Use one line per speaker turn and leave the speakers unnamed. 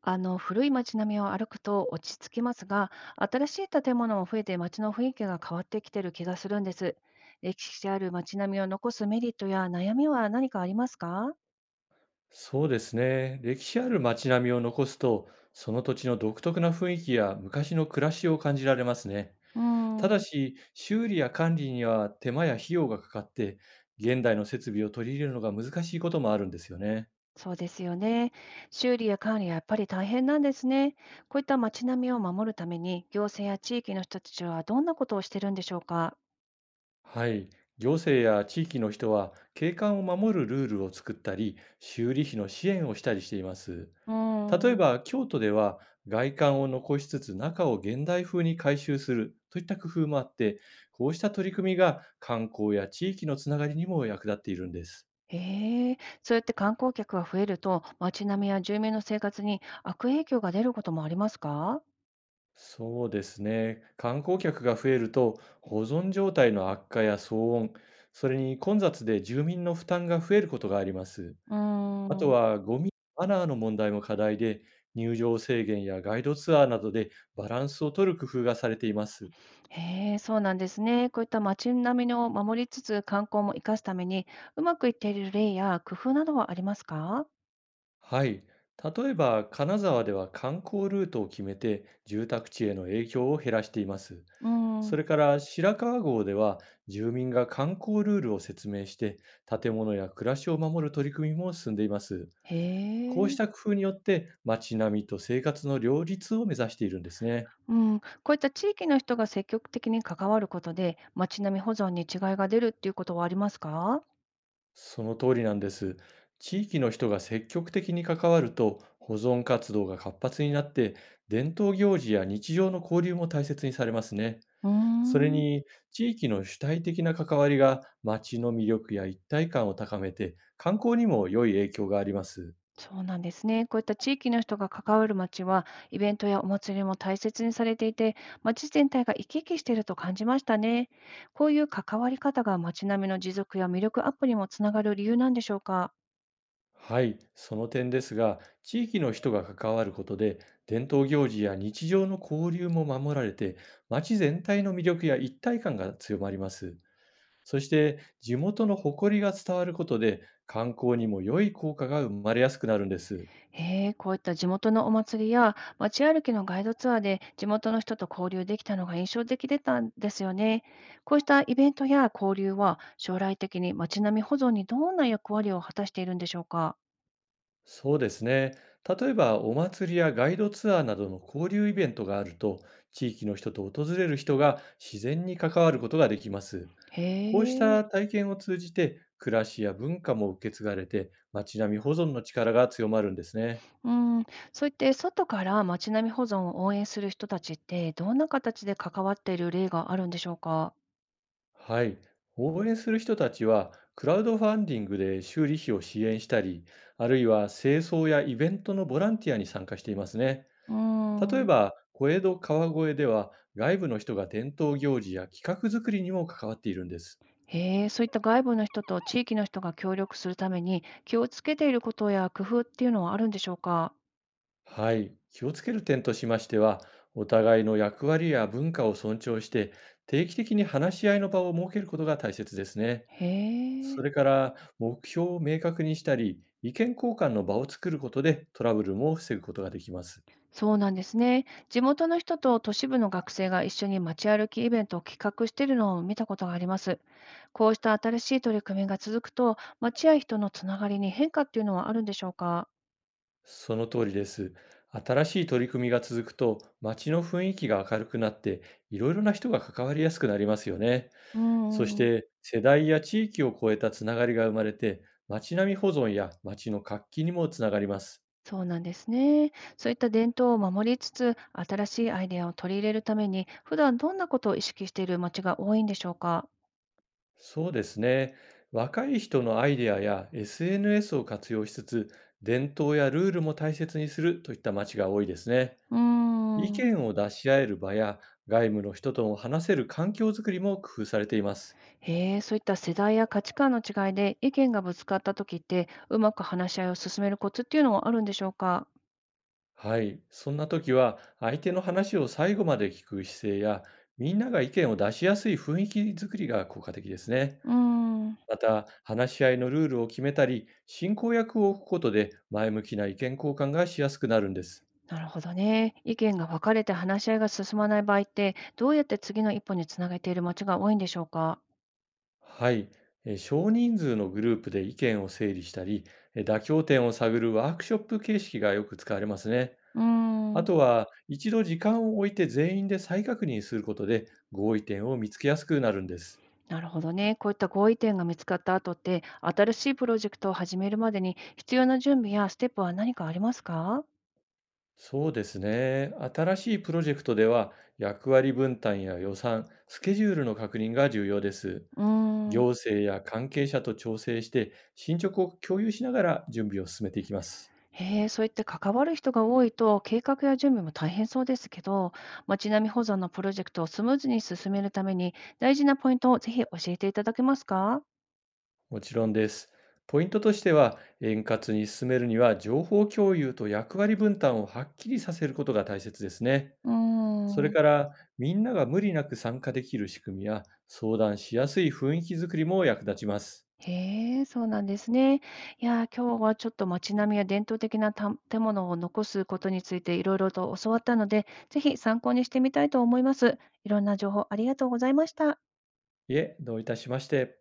あの古い街並みを歩くと落ち着きますが、新しい建物も増えて街の雰囲気が変わってきてる気がするんです。歴史ある街並みを残すメリットや悩みは何かありますか？
そうですね。歴史ある街並みを残すと、その土地の独特な雰囲気や昔の暮らしを感じられますね。
うー
ただ
ん。
し、修理や管理には手間や費用がかかって、現代の設備を取り入れるのが難しいこともあるんですよね。
そうですよね。修理や管理はやっぱり大変なんですね。こういった街並みを守るために、行政や地域の人たちはどんなことをしてるんでしょうか？
はい。行政や地域の人は景観を守るルールを作ったり、修理費の支援をしたりしています。
う
例
ー
え
ん。
ば、京都では外観を残しつつ中を現代風に改修するといった工夫もあって、こうした取り組みが観光や地域のつながりにも役立っているんです。
へえ。そうやって観光客が増えると、街並みや住民の生活に悪影響が出ることもありますか？
そうですね。観光客が増えると、保存状態の悪化や騒音、それに混雑で住民の負担が増えることがあります。
うー
あと
ん。
はゴミ、マナーの問題も課題で、入場制限やガイドツアーなどでバランスを取る工夫がされています。
へえ。そうなんですね。こういった街並みを守りつつ、観光も生かすために、うまくいっている例や工夫などはありますか？
はい。例えば、金沢では観光ルートを決めて住宅地への影響を減らしています。
う
そ
ん。
れから白川郷では住民が観光ルールを説明して、建物や暮らしを守る取り組みも進んでいます。
へ
こうし
え。
た工夫によって街並みと生活の両立を目指しているんですね。
うん。こういった地域の人が積極的に関わることで、街並み保存に違いが出るっていうことはありますか？
その通りなんです。地域の人が積極的に関わると、保存活動が活発になって、伝統行事や日常の交流も大切にされますね。
う
それ
ーん。
に、地域の主体的な関わりが街の魅力や一体感を高めて、観光にも良い影響があります。
そうなんですね。こういった地域の人が関わる町は、イベントやお祭りも大切にされていて、町全体が生き生きしていると感じましたね。こういう関わり方が町並みの持続や魅力アップにもつながる理由なんでしょうか。
はい、その点ですが、地域の人が関わることで伝統行事や日常の交流も守られて、街全体の魅力や一体感が強まります。そして、地元の誇りが伝わることで観光にも良い効果が生まれやすくなるんです。
へえ。こういった地元のお祭りや街歩きのガイドツアーで地元の人と交流できたのが印象的でたんですよね。こうしたイベントや交流は、将来的に町並み保存にどんな役割を果たしているんでしょうか。
そうですね。例えば、お祭りやガイドツアーなどの交流イベントがあると、地域の人と訪れる人が自然に関わることができます。
へ
こうし
え。
た体験を通じて暮らしや文化も受け継がれて、街並み保存の力が強まるんですね。
うん。そういって外から街並み保存を応援する人たちって、どんな形で関わっている例があるんでしょうか？
はい。応援する人たちは、クラウドファンディングで修理費を支援したり、あるいは清掃やイベントのボランティアに参加していますね。
うー
例え
ん。
ば、小江戸川越では、外部の人が伝統行事や企画作りにも関わっているんです。
へえ。そういった外部の人と地域の人が協力するために、気をつけていることや工夫っていうのはあるんでしょうか？
はい。気をつける点としましては、お互いの役割や文化を尊重して、定期的に話し合いの場を設けることが大切ですね。
へえ。
それから、目標を明確にしたり、意見交換の場を作ることでトラブルも防ぐことができます。
そうなんですね。地元の人と都市部の学生が一緒に街歩きイベントを企画しているのを見たことがあります。こうした新しい取り組みが続くと、街や人のつながりに変化っていうのはあるんでしょうか？
その通りです。新しい取り組みが続くと、街の雰囲気が明るくなって、いろいろな人が関わりやすくなりますよね。
う
そし
ん。
て、世代や地域を超えたつながりが生まれて、街並み保存や街の活気にもつながります。
そうなんですね。そういった伝統を守りつつ、新しいアイデアを取り入れるために、普段どんなことを意識している街が多いんでしょうか？
そうですね。若い人のアイデアや SNS を活用しつつ、伝統やルールも大切にするといった街が多いですね。
うー
意
ん。
見を出し合える場や、外部の人とも話せる環境づくりも工夫されています。
へえ。そういった世代や価値観の違いで意見がぶつかった時って、うまく話し合いを進めるコツっていうのはあるんでしょうか？
はい。そんな時は、相手の話を最後まで聞く姿勢や、みんなが意見を出しやすい雰囲気づくりが効果的ですね。
うーん。
また、話し合いのルールを決めたり、進行役を置くことで前向きな意見交換がしやすくなるんです。
なるほどね。意見が分かれて話し合いが進まない場合って、どうやって次の一歩につなげている街が多いんでしょうか？
はい、少人数のグループで意見を整理したり、妥協点を探るワークショップ形式がよく使われますね。
うー
あ
ん。
とは、一度時間を置いて全員で再確認することで合意点を見つけやすくなるんです。
なるほどね。こういった合意点が見つかった後って、新しいプロジェクトを始めるまでに必要な準備やステップは何かありますか？
そうですね。新しいプロジェクトでは、役割分担や予算、スケジュールの確認が重要です。
うーん。
行政や関係者と調整して、進捗を共有しながら準備を進めていきます。
へえ。そういって関わる人が多いと、計画や準備も大変そうですけど、街並み保存のプロジェクトをスムーズに進めるために、大事なポイントをぜひ教えていただけますか？
もちろんです。ポイントとしては、円滑に進めるには、情報共有と役割分担をはっきりさせることが大切ですね。
うー
それ
ん。
から、みんなが無理なく参加できる仕組みや、相談しやすい雰囲気づくりも役立ちます。
へえ。そうなんですね。いやー、今日はちょっと街並みや伝統的なた建物を残すことについていろいろと教わったので、ぜひ参考にしてみたいと思います。いろんな情報ありがとうございました。
いえ、どういたしまして。